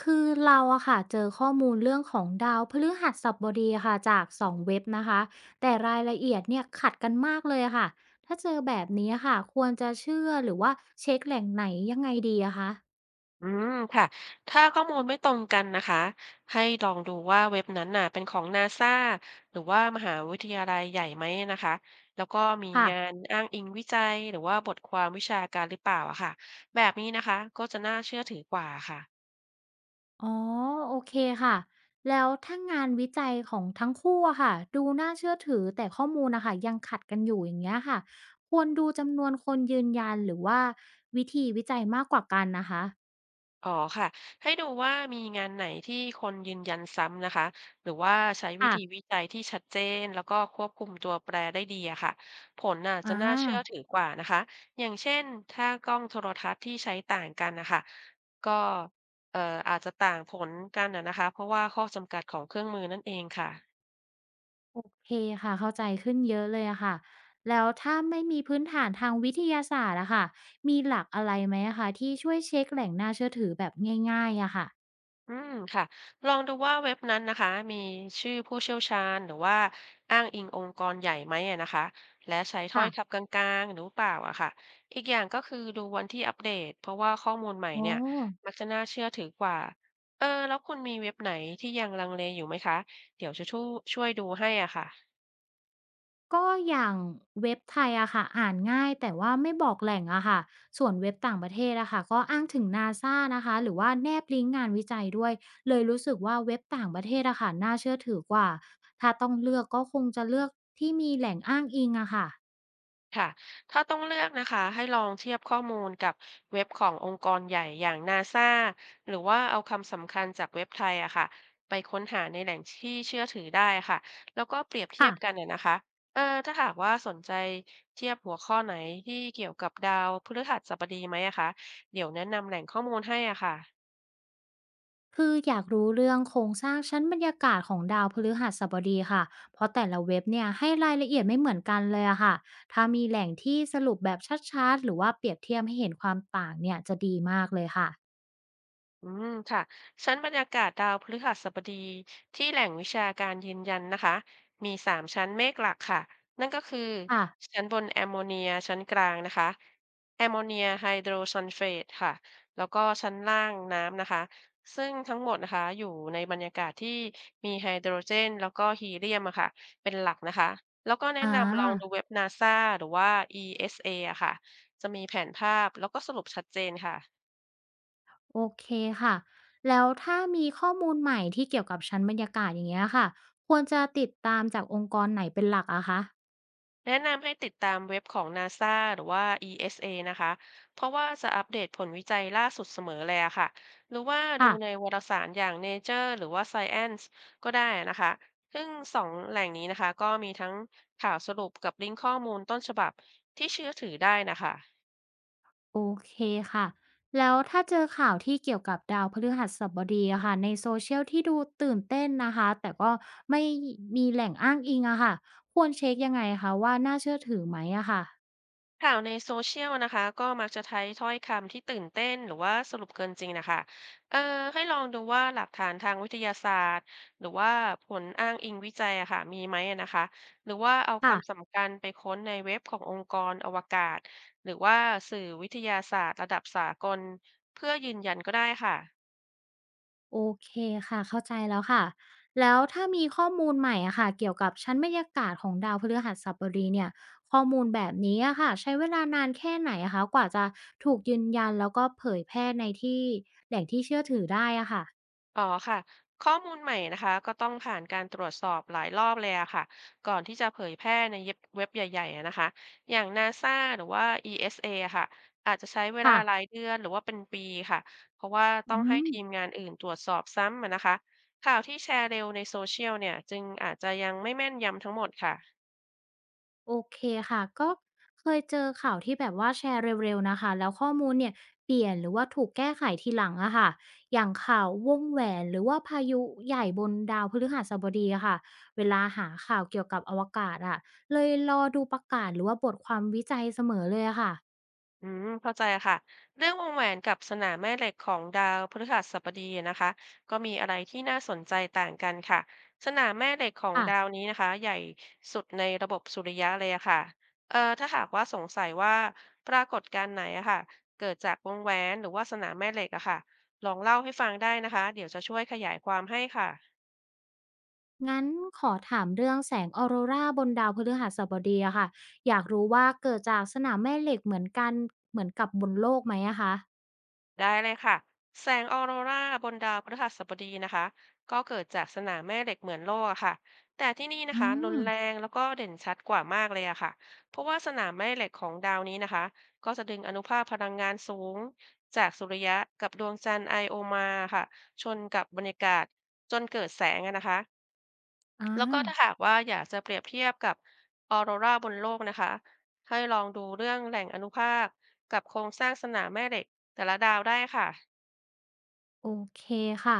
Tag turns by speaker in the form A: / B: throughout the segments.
A: คือเราอะค่ะเจอข้อมูลเรื่องของดาวพฤหัสบดีค่ะจากสองเว็บนะคะแต่รายละเอียดเนี่ยขัดกันมากเลยอะค่ะถ้าเจอแบบนี้อะค่ะควรจะเชื่อหรือว่าเช็คแหล่งไหนยังไงดีอะคะ
B: อืมค่ะถ้าข้อมูลไม่ตรงกันนะคะให้ลองดูว่าเว็บนั้นน่ะเป็นของนาซาหรือว่ามหาวิทยาลัยใหญ่ไหมนะคะแล้วก็มี
A: ค่ะ
B: งานอ้างอิงวิจัยหรือว่าบทความวิชาการหรือเปล่าอะค่ะแบบนี้นะคะก็จะน่าเชื่อถือกว่าค่ะ
A: อ๋อโอเคค่ะแล้วถ้างานวิจัยของทั้งคู่อะค่ะดูน่าเชื่อถือแต่ข้อมูลนะคะยังขัดกันอยู่อย่างเงี้ยค่ะควรดูจำนวนคนยืนยันหรือว่าวิธีวิจัยมากกว่ากันนะคะ
B: อ๋อค่ะให้ดูว่ามีงานไหนที่คนยืนยันซ้ำนะคะหรือว่าใช้วิธี
A: ค่ะ
B: วิจัยที่ชัดเจนแล้วก็ควบคุมตัวแปรได้ดีอะค่ะผลน่ะ
A: อ่
B: จะน่าเชื่อถื
A: า
B: อกว่านะคะอย่างเช่นถ้ากล้องโทรทัศน์ที่ใช้ต่างกันนะคะก็เอ่ออาจจะต่างผลกันนะนะคะเพราะว่าข้อจำกัดของเครื่องมือนั่นเองค่ะ
A: โอเคค่ะเข้าใจขึ้นเยอะเลยอะค่ะแล้วถ้าไม่มีพื้นฐานทางวิทยาศาสตร์อะค่ะมีหลักอะไรไหมอะคะที่ช่วยเช็คแหล่งน่าเชื่อถือแบบง่ายๆอะค่ะ
B: อืมค่ะลองดูว่าเว็บนั้นนะคะมีชื่อผู้เชี่ยวชาญหรือว่าอ้างอิงองค์กรใหญ่ไหมอะนะคะและใช้ถ้อย
A: ค่ะ
B: คำกลางๆหรือเปล่าอะค่ะอีกอย่างก็คือดูวันที่อัปเดตเพราะว่าข้อมูลใหม่
A: อ๋อ
B: เนี่ยมักจะน่าเชื่อถือกว่าเออแล้วคุณมีเว็บไหนที่ยังลังเลอยู่ไหมคะเดี๋ยวจะช่วยดูให้อ่ะค่ะ
A: ก็อย่างเว็บไทยอะค่ะอ่านง่ายแต่ว่าไม่บอกแหล่งอะค่ะส่วนเว็บต่างประเทศอะค่ะก็อ้างถึงนาซานะคะหรือว่าแนบลิงก์งานวิจัยด้วยเลยรู้สึกว่าเว็บต่างประเทศอะค่ะน่าเชื่อถือกว่าถ้าต้องเลือกก็คงจะเลือกที่มีแหล่งอ้างอิงอะค่ะ
B: ค่ะถ้าต้องเลือกนะคะให้ลองเทียบข้อมูลกับเว็บขององค์กรใหญ่อย่างนาซาหรือว่าเอาคำสำคัญจากเว็บไทยอะค่ะไปค้นหาในแหล่งที่เชื่อถือได้ค่ะแล้วก็เปรียบเทีย
A: ค่ะ
B: บกันน่ะนะคะเออถ้าหากว่าสนใจเทียบหัวข้อไหนที่เกี่ยวกับดาวพฤหัสบดีไหมอะคะเดี๋ยวแนะนำแหล่งข้อมูลให้อะค่ะ
A: คืออยากรู้เรื่องโครงสร้างชั้นบรรยากาศของดาวพฤหัสบดีค่ะเพราะแต่ละเว็บเนี่ยให้รายละเอียดไม่เหมือนกันเลยอะค่ะถ้ามีแหล่งที่สรุปแบบชัดๆหรือว่าเปรียบเทียบให้เห็นความต่างเนี่ยจะดีมากเลยค่ะ
B: อืมค่ะชั้นบรรยากาศดาวพฤหัสบดีที่แหล่งวิชาการยืนยันนะคะมีสามชั้นเมฆหลักค่ะ นั่นก็คือ
A: ค่ะ
B: ชั้นบนแอมโมเนียชั้นกลางนะคะแอมโมเนียไฮโดรซัลเฟตค่ะแล้วก็ชั้นล่างน้ำนะคะซึ่งทั้งหมดนะคะอยู่ในบรรยากาศที่มีไฮโดรเจนแล้วก็ฮีเลียมอะค่ะเป็นหลักนะคะแล้วก็แนะ
A: อ่า
B: นำลองดูเว็บ NASA หรือว่า ESA อสเออะค่ะจะมีแผนภาพแล้วก็สรุปชัดเจนค่ะ
A: โอเคค่ะแล้วถ้ามีข้อมูลใหม่ที่เกี่ยวกับชั้นบรรยากาศอย่างเงี้ยค่ะควรจะติดตามจากองค์กรไหนเป็นหลักอะคะ
B: แนะนำให้ติดตามเว็บของ NASA หรือว่า ESA นะคะ เพราะว่าจะอัปเดตผลวิจัยล่าสุดเสมอเลยอะค่ะ หรือว่าดู
A: ค่ะ
B: ในวารสารอย่าง Nature หรือว่า Science ก็ได้นะคะ ซึ่งสองแหล่งนี้นะคะก็มีทั้งข่าวสรุปกับลิงก์ข้อมูลต้นฉบับที่เชื่อถือได้นะคะ
A: โอเคค่ะแล้วถ้าเจอข่าวที่เกี่ยวกับดาวพฤหัสบดีอะค่ะในโซเชียลที่ดูตื่นเต้นนะคะแต่ก็ไม่มีแหล่งอ้างอิงอะค่ะควรเช็คยังไงคะว่าน่าเชื่อถือไหมอะค่ะ
B: ข่าวในโซเชียลนะคะก็มักจะใช้ถ้อยคำที่ตื่นเต้นหรือว่าสรุปเกินจริงนะคะเอ่อให้ลองดูว่าหลักฐานทางวิทยาศาสตร์หรือว่าผลอ้างอิงวิจัยอะค่ะมีไหมอะนะคะหรือว่าเอาคำ
A: ค่ะ
B: สำคัญไปค้นในเว็บขององค์กรอวกาศหรือว่าสื่อวิทยาศาสตร์ระดับสากลเพื่อยืนยันก็ได้ค่ะ
A: โอเคค่ะเข้าใจแล้วค่ะแล้วถ้ามีข้อมูลใหม่อะค่ะเกี่ยวกับชั้นบรรยากาศของดาวพฤหัสบดีเนี่ยข้อมูลแบบนี้อะค่ะใช้เวลานานแค่ไหนอะคะกว่าจะถูกยืนยันแล้วก็เผยแพร่ในที่แหล่งที่เชื่อถือได้อะค่ะ
B: อ๋อค่ะข้อมูลใหม่นะคะก็ต้องผ่านการตรวจสอบหลายรอบเลยอะค่ะก่อนที่จะเผยแพร่ในเว็บใหญ่ๆอะนะคะอย่าง NASA หรือว่า ESA อสเออะค่ะอาจจะใช้เวลา
A: ค่ะ
B: หลายเดือนหรือว่าเป็นปีค่ะเพราะว่าต้
A: อื
B: องให้
A: ม
B: ทีมงานอื่นตรวจสอบซ้ำอะนะคะข่าวที่แชร์เร็วในโซเชียลเนี่ยจึงอาจจะยังไม่แม่นยำทั้งหมดค่ะ
A: โอเคค่ะก็เคยเจอข่าวที่แบบว่าแชร์เร็วๆนะคะแล้วข้อมูลเนี่ยเปลี่ยนหรือว่าถูกแก้ไขทีหลังอะค่ะอย่างข่าววงแหวนหรือว่าพายุใหญ่บนดาวพฤหัสบดีอะค่ะเวลาหาข่าวเกี่ยวกับอวกาศอะเลยรอดูประกาศหรือว่าบทความวิจัยเสมอเลยอะค่ะ
B: อืมเข้าใจค่ะเรื่องวงแหวนกับสนามแม่เหล็กของดาวพฤหัสบดีนะคะก็มีอะไรที่น่าสนใจต่างกันค่ะสนามแม่เหล็กของดาว
A: ค่ะ
B: นี้นะคะใหญ่สุดในระบบสุริยะเลยอะค่ะถ้าหากว่าสงสัยว่าปรากฏการณ์ไหนอะค่ะเกิดจากวงแหวนหรือว่าสนามแม่เหล็กอะค่ะลองเล่าให้ฟังได้นะคะเดี๋ยวจะช่วยขยายความให้ค่ะ
A: งั้นขอถามเรื่องแสงออโรราบนดาวพฤหัสบดีอะค่ะอยากรู้ว่าเกิดจากสนามแม่เหล็กเหมือนกันเหมือนกับบนโลกไหมอะคะ
B: ได้เลยค่ะ แสงออโรราบนดาวพฤหัสบดีนะคะก็เกิดจากสนามแม่เหล็กเหมือนโลกอะค่ะแต่ที่นี่นะ
A: อื
B: คะรุน
A: ม
B: แรงแล้วก็เด่นชัดกว่ามากเลยอะค่ะเพราะว่าสนามแม่เหล็กของดาวนี้นะคะก็จะดึงอนุภาคพลังงานสูงจากสุริยะกับดวงจันทร์ไอโอมาค่ะชนกับบรรยากาศจนเกิดแสงอะนะคะ
A: อา
B: แล้วก็ถ้าหากว่าอยากจะเปรียบเทียบกับออโรราบนโลกนะคะให้ลองดูเรื่องแหล่งอนุภาคกับโครงสร้างสนามแม่เหล็กแต่ละดาวได้ค่ะ
A: โอเคค่ะ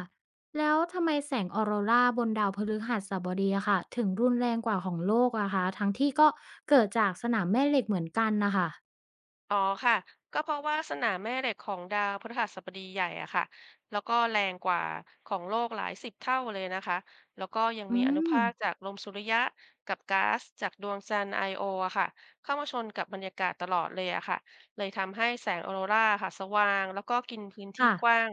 A: แล้วทำไมแสงออโรราบนดาวพฤหัสบดีอะค่ะถึงรุนแรงกว่าของโลกอะคะทั้งที่ก็เกิดจากสนามแม่เหล็กเหมือนกันนะคะ
B: อ๋อค่ะ ก็เพราะว่าสนามแม่เหล็กของดาวพฤหัสบดีใหญ่อะค่ะแล้วก็แรงกว่าของโลกหลายสิบเท่าเลยนะคะ แล้วก็ยัง
A: อื
B: มีอนุ
A: ม
B: ภาคจากลมสุริยะกับก๊าซจากดวงจันทร์ไอโออะค่ะเข้ามาชนกับบรรยากาศตลอดเลยอะค่ะ เลยทำให้แสงออโรราค่ะสว่างแล้วก็กินพื้นที่
A: ค่ะ
B: กว้าง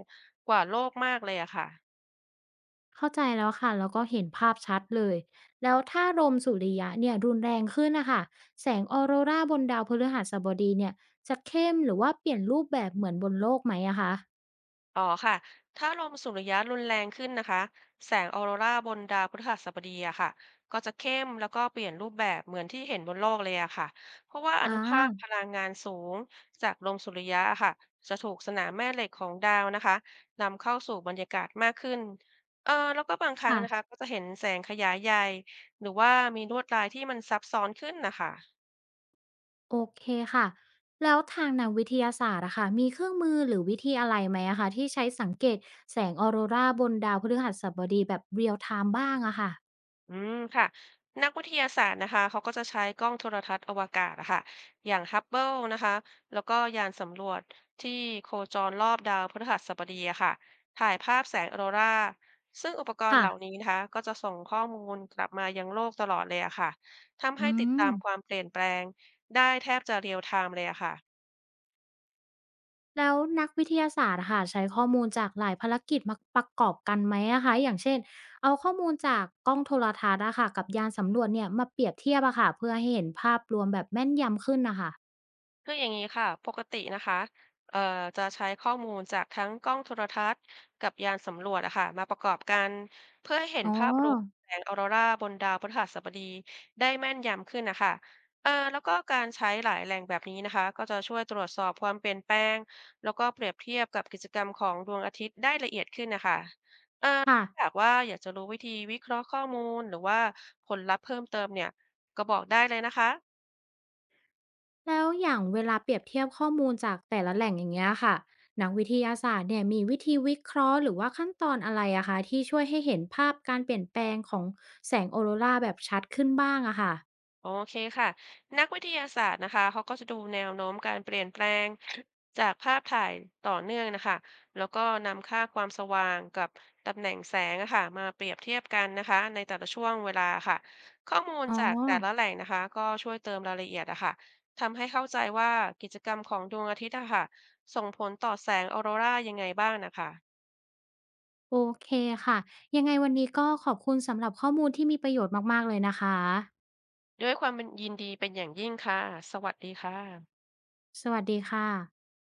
B: กว่าโลกมากเลยอะค่ะ
A: เข้าใจแล้วค่ะแล้วก็เห็นภาพชัดเลยแล้วถ้าลมสุริยะเนี่ยรุนแรงขึ้นนะคะแสงออโรราบนดาวพฤหัสบดีเนี่ยจะเข้มหรือว่าเปลี่ยนรูปแบบเหมือนบนโลกไหมอะคะ
B: อ๋อค่ะถ้าลมสุริยะรุนแรงขึ้นนะคะแสงออโรราบนดาวพฤหัสบดีอะค่ะก็จะเข้มแล้วก็เปลี่ยนรูปแบบเหมือนที่เห็นบนโลกเลยอะค่ะเพราะว่าอ
A: อ่า
B: นุภาคพลังงานสูงจากลมสุริยะอะค่ะจะถูกสนามแม่เหล็กของดาวนะคะนำเข้าสู่บรรยากาศมากขึ้นเออแล้วก็บางครั้งนะคะ
A: ค่ะ
B: ก็จะเห็นแสงขยายใหญ่หรือว่ามีลวดลายที่มันซับซ้อนขึ้นนะคะ
A: โอเคค่ะ แล้วทางนักวิทยาศาสตร์อะค่ะมีเครื่องมือหรือวิธีอะไรไหมอะคะที่ใช้สังเกตแสงออโรราบนดาวพฤหัสบดีแบบเรียลไทม์บ้างอะค่ะ
B: อืมค่ะนักวิทยาศาสตร์นะคะเขาก็จะใช้กล้องโทรทัศน์อวกาศอะค่ะอย่างฮับเบิลนะคะแล้วก็ยานสำรวจที่โคจรรอบดาวพฤหัสบดีอะค่ะถ่ายภาพแสงออโรราซึ่งอุปกรณ์เห
A: ค่ะ
B: ล่านี้นะคะก็จะส่งข้อมูลกลับมายังโลกตลอดเลยอะค่ะทำ
A: อื
B: ให้ติดตา
A: ม
B: มความเปลี่ยนแปลงได้แทบจะเรียลไทม์เลยอะค่ะ
A: แล้วนักวิทยาศาสตร์อะค่ะใช้ข้อมูลจากหลายภารกิจมาประกอบกันไหมอะคะอย่างเช่นเอาข้อมูลจากกล้องโทรทัศน์อะค่ะกับยานสำรวจเนี่ยมาเปรียบเทียบอะค่ะเพื่อให้เห็นภาพรวมแบบแม่นยำขึ้นนะคะ
B: คืออย่างนี้ค่ะ ปกตินะคะเอ่อจะใช้ข้อมูลจากทั้งกล้องโทรทัศน์กับยานสำรวจอะค่ะมาประกอบกันเพื่อให้เห็น
A: อ๋อ
B: ภาพรวมแสงออโรราบนดาวพฤหัสบดีได้แม่นยำขึ้นนะคะแล้วก็การใช้หลายแหล่งแบบนี้นะคะ ก็จะช่วยตรวจสอบความเปลี่ยนแปลงแล้วก็เปรียบเทียบกับกิจกรรมของดวงอาทิตย์ได้ละเอียดขึ้นนะคะเอ่อ
A: ค่ะ
B: ถ้าหากว่าอยากจะรู้วิธีวิเคราะห์ข้อมูลหรือว่าผลลัพธ์เพิ่มเติมเนี่ยก็บอกได้เลยนะคะ
A: แล้วอย่างเวลาเปรียบเทียบข้อมูลจากแต่ละแหล่งอย่างเงี้ยค่ะนักวิทยาศาสตร์เนี่ยมีวิธีวิเคราะห์หรือว่าขั้นตอนอะไรอะคะที่ช่วยให้เห็นภาพการเปลี่ยนแปลงของแสงออโรราแบบชัดขึ้นบ้างอะค่ะ
B: โอเคค่ะนักวิทยาศาสตร์นะคะเขาก็จะดูแนวโน้มการเปลี่ยนแปลงจากภาพถ่ายต่อเนื่องนะคะแล้วก็นำค่าความสว่างกับตำแหน่งแสงอะค่ะมาเปรียบเทียบกันนะคะในแต่ละช่วงเวลาค่ะข้อมูล
A: อ๋อ
B: จากแต่ละแหล่งนะคะก็ช่วยเติมรายละเอียดอะค่ะทำให้เข้าใจว่ากิจกรรมของดวงอาทิตย์อะค่ะส่งผลต่อแสงออโรรายังไงบ้างนะคะ
A: โอเคค่ะยังไงวันนี้ก็ขอบคุณสำหรับข้อมูลที่มีประโยชน์มากๆเลยนะคะ
B: ด้วยความยินดีเป็นอย่างยิ่งค่ะสวัสดีค่ะ
A: สวัสดีค่ะ